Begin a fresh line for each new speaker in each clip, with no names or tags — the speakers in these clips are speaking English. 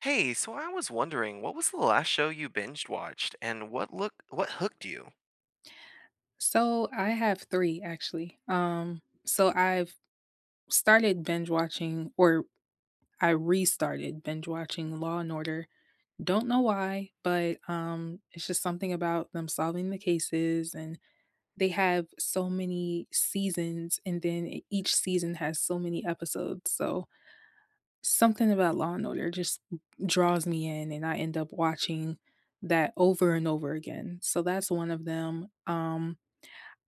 Hey, so I was wondering, what was the last show you binged watched and what hooked you?
So I have three actually. So I've started binge watching, or I restarted binge watching Law and Order. Don't know why, but it's just something about them solving the cases, and they have so many seasons, and then each season has so many episodes. So something about Law and Order just draws me in, and I end up watching that over and over again. So that's one of them.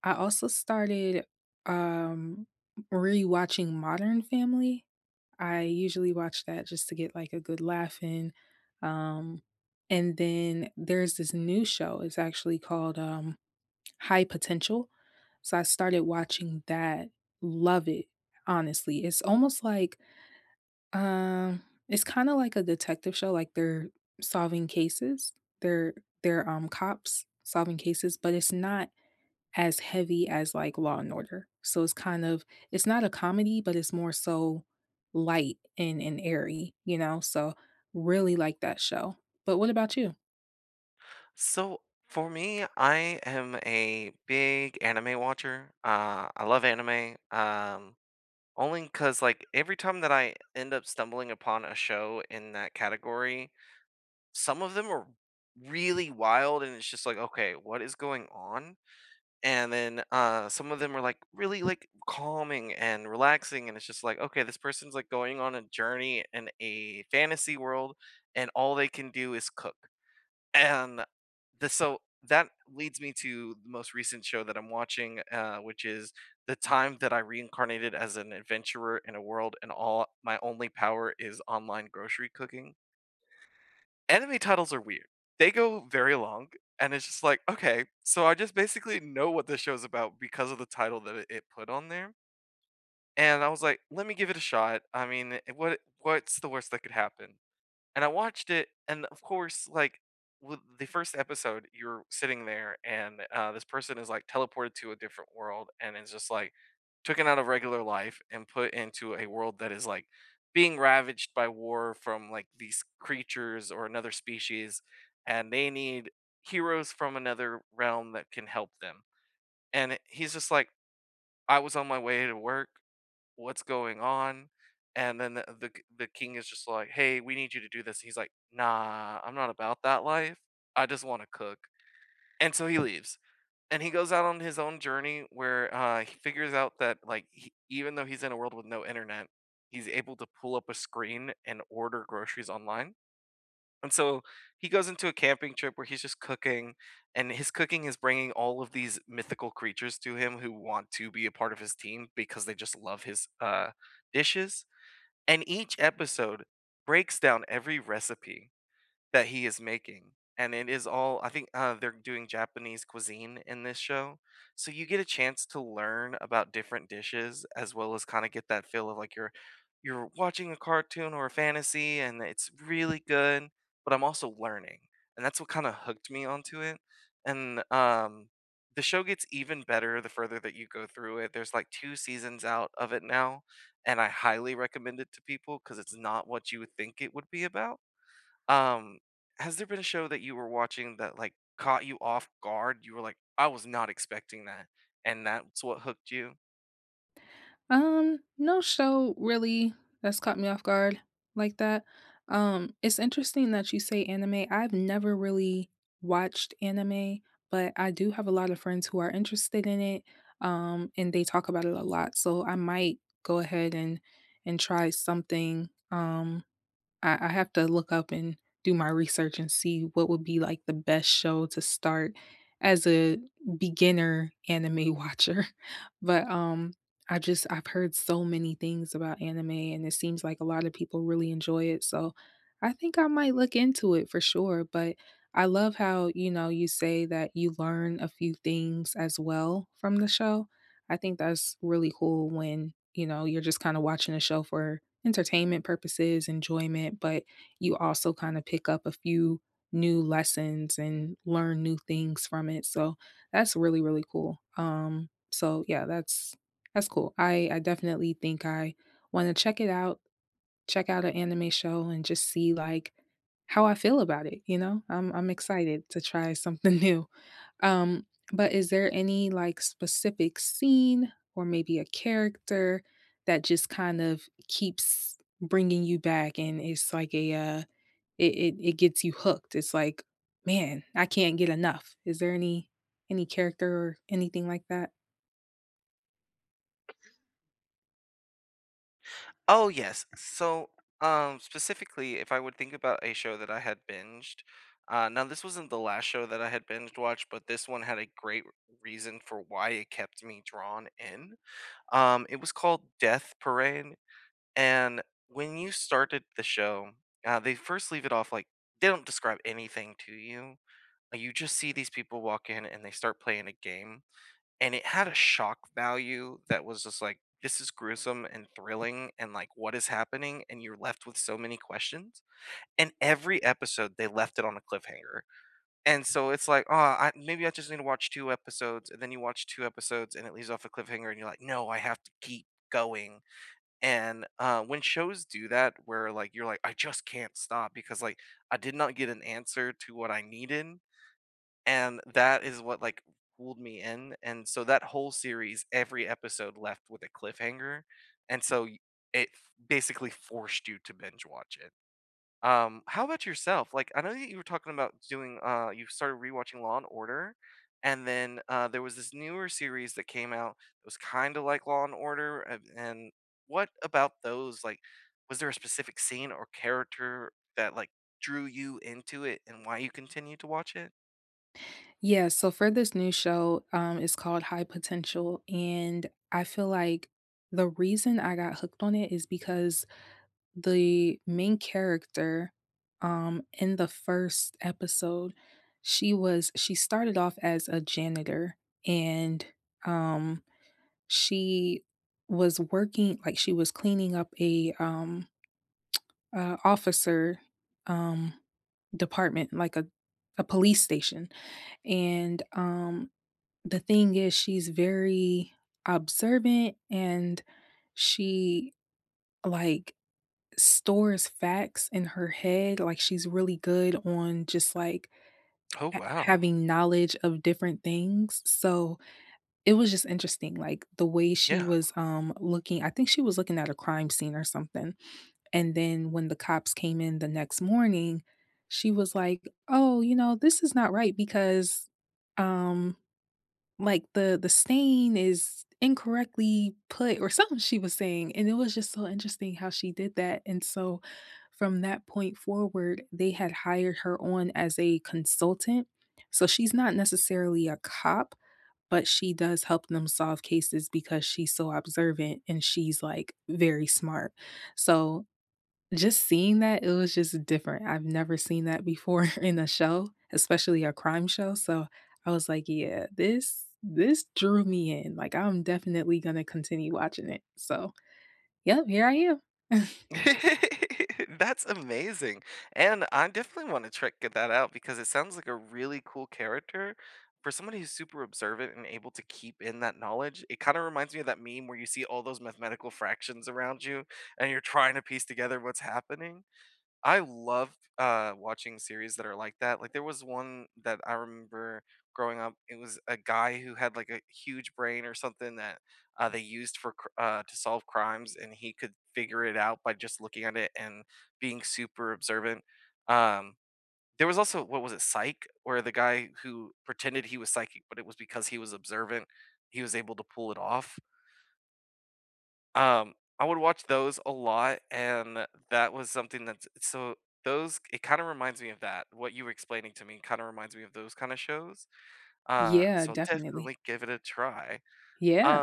I also started, um, rewatching Modern Family. I usually watch that just to get, like, a good laugh in, um, and then there's this new show, it's actually called, High Potential, so I started watching that, love it, honestly. It's almost like, it's kinda like a detective show, like they're solving cases. They're they're cops solving cases, but it's not as heavy as like Law& and Order. So it's kind of it's not a comedy, but it's more so light and airy, you know? So really like that show. But what about you?
So for me, I am a big anime watcher. I love anime. Only because like every time that I end up stumbling upon a show in that category, some of them are really wild, and it's just like, okay, what is going on? Some of them are, really, calming and relaxing, and it's just like, okay, this person's, like, going on a journey in a fantasy world, and all they can do is cook. And the so that leads me to the most recent show that I'm watching, which is The Time That I Reincarnated as an Adventurer in a World and All My Only Power is Online Grocery Cooking. Anime titles are weird. They go very long, and it's just like, okay, so I just basically know what this show's about because of the title that it put on there. And I was like, let me give it a shot. I mean, what's the worst that could happen? And I watched it, and of course, like with the first episode, you're sitting there, and this person is like teleported to a different world, and it's just like taken out of regular life and put into a world that is like being ravaged by war from like these creatures or another species, and they need heroes from another realm that can help them. And he's just like, I was on my way to work, what's going on? And then the king is just like, "Hey, we need you to do this." He's like, "Nah, I'm not about that life. I just want to cook." And so he leaves. And he goes out on his own journey where he figures out that even though he's in a world with no internet, he's able to pull up a screen and order groceries online, and so he goes into a camping trip where he's just cooking, and his cooking is bringing all of these mythical creatures to him who want to be a part of his team because they just love his dishes. And each episode breaks down every recipe that he is making, and it is all, I think, they're doing Japanese cuisine in this show, so you get a chance to learn about different dishes as well as kinda get that feel of, like, you're watching a cartoon or a fantasy, and it's really good, but I'm also learning, and that's what kinda hooked me onto it, and the show gets even better the further that you go through it. There's, like, 2 seasons out of it now, and I highly recommend it to people because it's not what you would think it would be about. Um, has there been a show that you were watching that, like, caught you off guard? You were like, "I was not expecting that," and that's what hooked you?
No show really that's caught me off guard like that. It's interesting that you say anime. I've never really watched anime, but I do have a lot of friends who are interested in it. And they talk about it a lot. So I might go ahead and try something I have to look up and do my research and see what would be like the best show to start as a beginner anime watcher. But I've heard so many things about anime and it seems like a lot of people really enjoy it. So I think I might look into it for sure. But I love how, you know, you say that you learn a few things as well from the show. I think that's really cool when, you know, you're just kind of watching a show for entertainment purposes, enjoyment, but you also kind of pick up a few new lessons and learn new things from it. So that's really, really cool. So yeah, that's cool. I definitely think I want to check it out, check out an anime show and just see like how I feel about it, you know? I'm excited to try something new. Um, but is there any like specific scene or maybe a character that just kind of keeps bringing you back and it's like a it, it it gets you hooked. It's like, man, I can't get enough. Is there any character or anything like that?
Oh, yes. So, specifically, if I would think about a show that I had binged, now this wasn't the last show that I had binged watched, but this one had a great reason for why it kept me drawn in. It was called Death Parade. And when you started the show, they first leave it off like they don't describe anything to you. You just see these people walk in and they start playing a game. And it had a shock value that was just like, this is gruesome and thrilling, and like what is happening, and you're left with so many questions, and every episode they left it on a cliffhanger. And so it's like, oh, I, maybe I just need to watch two episodes, and then you watch two episodes and it leaves off a cliffhanger, and you're like, no, I have to keep going. And when shows do that, where like you're like, I just can't stop because like I did not get an answer to what I needed, and that is what like pulled me in. And so that whole series, every episode left with a cliffhanger, and so basically forced you to binge watch it. How about yourself? Like, I know that you were talking about doing, you started rewatching Law and Order, and then there was this newer series that came out that was kind of like Law and Order. And what about those? Like, was there a specific scene or character that like drew you into it, and why you continued to watch it?
Yeah, so for this new show, it's called High Potential, and I feel like the reason I got hooked on it is because the main character in the first episode she started off as a janitor and um she was working like she was cleaning up a officer um department like a police station and the thing is she's very observant and she like stores facts in her head, like, she's really good on just, like,
Oh
ha
wow,
having knowledge of different things, so it was just interesting, like, the way she
yeah.
was, looking I think she was looking at a crime scene or something, and then when the cops came in the next morning, she was like, "Oh, you know, this is not right because, um" Like, the stain is incorrectly put or something she was saying, and it was just so interesting how she did that, and so from that point forward, they had hired her on as a consultant. So she's not necessarily a cop, but she does help them solve cases because she's so observant and she's, like, very smart. So just seeing that, it was just different. I've never seen that before in a show, especially a crime show, so I was like, "Yeah, this drew me in, like, I'm definitely gonna continue watching it." So, yep, here I am.
That's amazing. And I definitely want to check that out because it sounds like a really cool character. For somebody who's super observant and able to keep in that knowledge, it kind of reminds me of that meme where you see all those mathematical fractions around you and you're trying to piece together what's happening. I love watching series that are like that. Like there was one that I remember growing up. It was a guy who had like a huge brain or something that they used to solve crimes, and he could figure it out by just looking at it and being super observant. Um, there was also, what was it, Psych, where the guy who pretended he was psychic, but it was because he was observant, he was able to pull it off. I would watch those a lot, and that was something that's so those it kinda reminds me of that. What you were explaining to me kinda reminds me of those kinda shows,
Yeah,
so I'll
definitely.
definitely give it a try.
Yeah,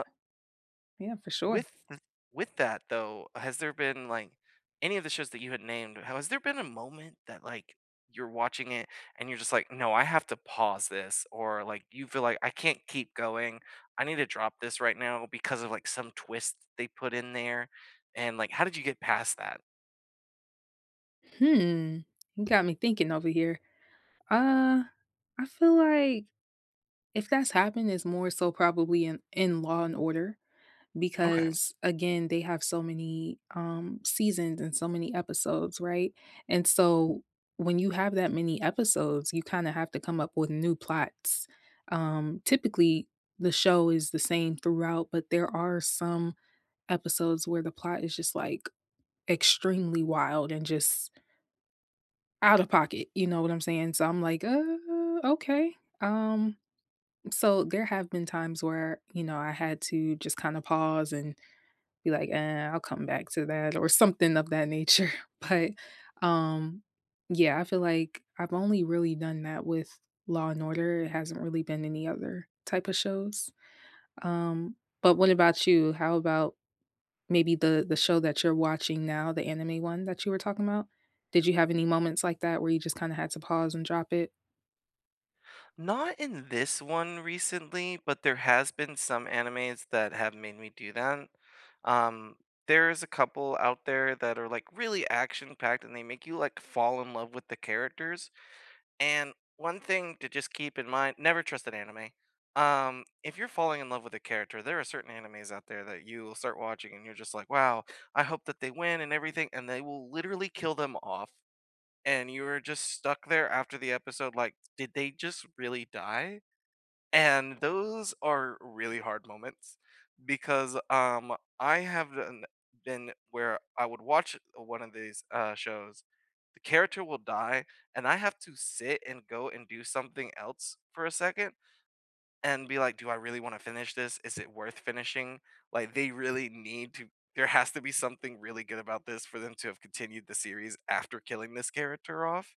yeah, for sure.
With th with that, though, has there been, like, any of the shows that you had named, has there been a moment that, like, you're watching it and you're just like, "No, I have to pause this," or, like, you feel like, "I can't keep going. I need to drop this right now because of, like, some twist they put in there," and, like, how did you get past that?
Hmm, you got me thinking over here. Uh, I feel like if that's happened, it's more so probably in Law& and Order.
Okay.
Because again they have so many seasons and so many episodes, right? And so when you have that many episodes you kind of have to come up with new plots. Typically the show is the same throughout but there are some episodes where the plot is just like extremely wild and just out of pocket, you know what I'm saying? So I'm like, okay. um so there have been times where, you know, I had to just kind of pause and be like, "Eh, I'll come back to that," or something of that nature. But, um, yeah, I feel like I've only really done that with Law& and Order. It hasn't really been any other type of shows. Um, but what about you? How about maybe the show that you're watching now, the anime one that you were talking about? Did you have any moments like that where you just kinda had to pause and drop it?
Not in this one recently, but there has been some animes that have made me do that. Um, there's a couple out there that are like really action packed and they make you like fall in love with the characters. And one thing to just keep in mind, never trust an anime. If you're falling in love with a character, there are certain animes out there that you will start watching and you're just like, wow, I hope that they win and everything, and they will literally kill them off. And you are just stuck there after the episode, like, did they just really die? And those are really hard moments because been where I would watch one of these shows, the character will die, and I have to sit and go and do something else for a second and be like, do I really want to finish this? Is it worth finishing? Like, they really need to. There has to be something really good about this for them to have continued the series after killing this character off,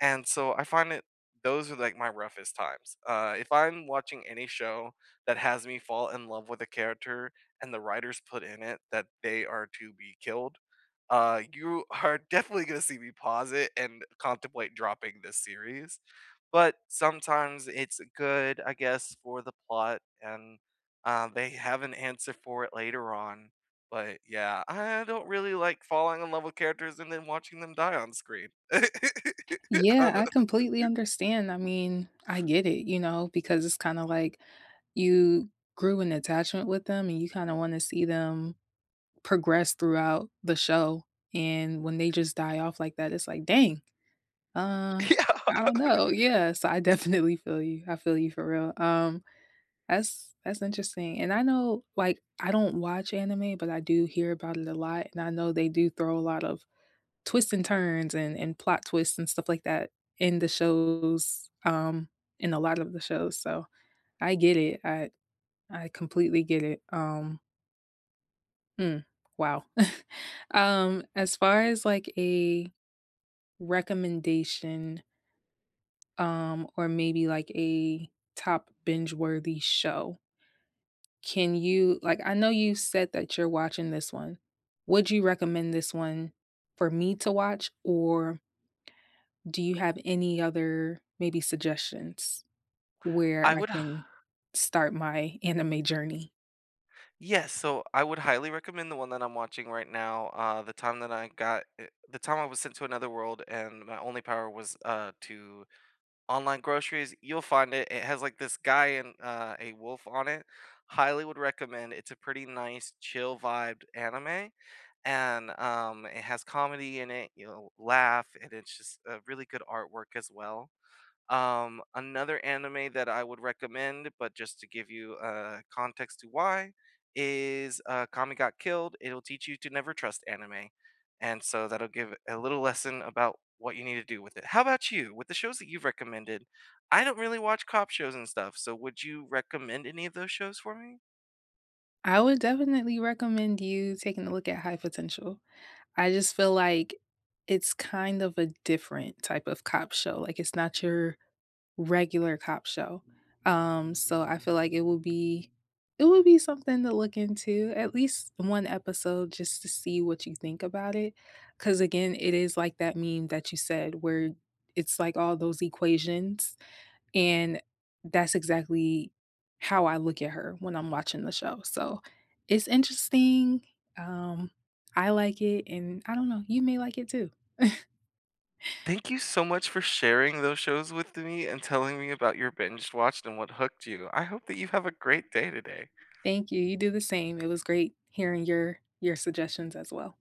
and so I find it those are like my roughest times. If I'm watching any show that has me fall in love with a character and the writers put in it that they are to be killed, you are definitely going to see me pause it and contemplate dropping this series. But sometimes it's good, I guess, for the plot, and, they have an answer for it later on. But, yeah, I don't really like falling in love with characters and then watching them die on screen. I
Yeah,
don't.
I completely understand. I mean, I get it, you know, because it's kinda like you grew an attachment with them and you kind of want to see them progress throughout the show. And when they just die off like that, it's like, dang, uh,
Yeah,
I don't know. Yeah, so I definitely feel you. I feel you for real. That's interesting. And I know, like, I don't watch anime, but I do hear about it a lot, and I know they do throw a lot of twists and turns and plot twists and stuff like that in the shows. In a lot of the shows, so I get it. I completely get it. Mm, wow. As far as like a recommendation, or maybe like a top binge-worthy show, can you like I know you said that you're watching this one. Would you recommend this one for me to watch, or do you have any other maybe suggestions where
I
I
would h
can start my anime journey?
yes, so I would highly recommend the one that I'm watching right now. The time I was sent to another world and my only power was, to online groceries, you'll find it. It has like this guy and a wolf on it. Highly would recommend. It's a pretty nice, chill vibed anime, and it has comedy in it. You'll laugh, and it's just a really good artwork as well. Another anime that I would recommend, but just to give you context to why, is Kami Got Killed. It'll teach you to never trust anime. And so that'll give a little lesson about what you need to do with it. How about you? With the shows that you've recommended, I don't really watch cop shows and stuff. So would you recommend any of those shows for me?
I would definitely recommend you taking a look at High Potential. I just feel like it's kind of a different type of cop show, like, it's not your regular cop show, so I feel like it will be something to look into, at least 1 episode just to see what you think about it. Because again, it is like that meme that you said where it's like all those equations and that's exactly how I look at her when I'm watching the show. So, it's interesting, um, I like it, and I don't know, you may like it too.
Thank you so much for sharing those shows with me and telling me about your binge watched and what hooked you. I hope that you have a great day today.
Thank you, you do the same. It was great hearing your suggestions as well.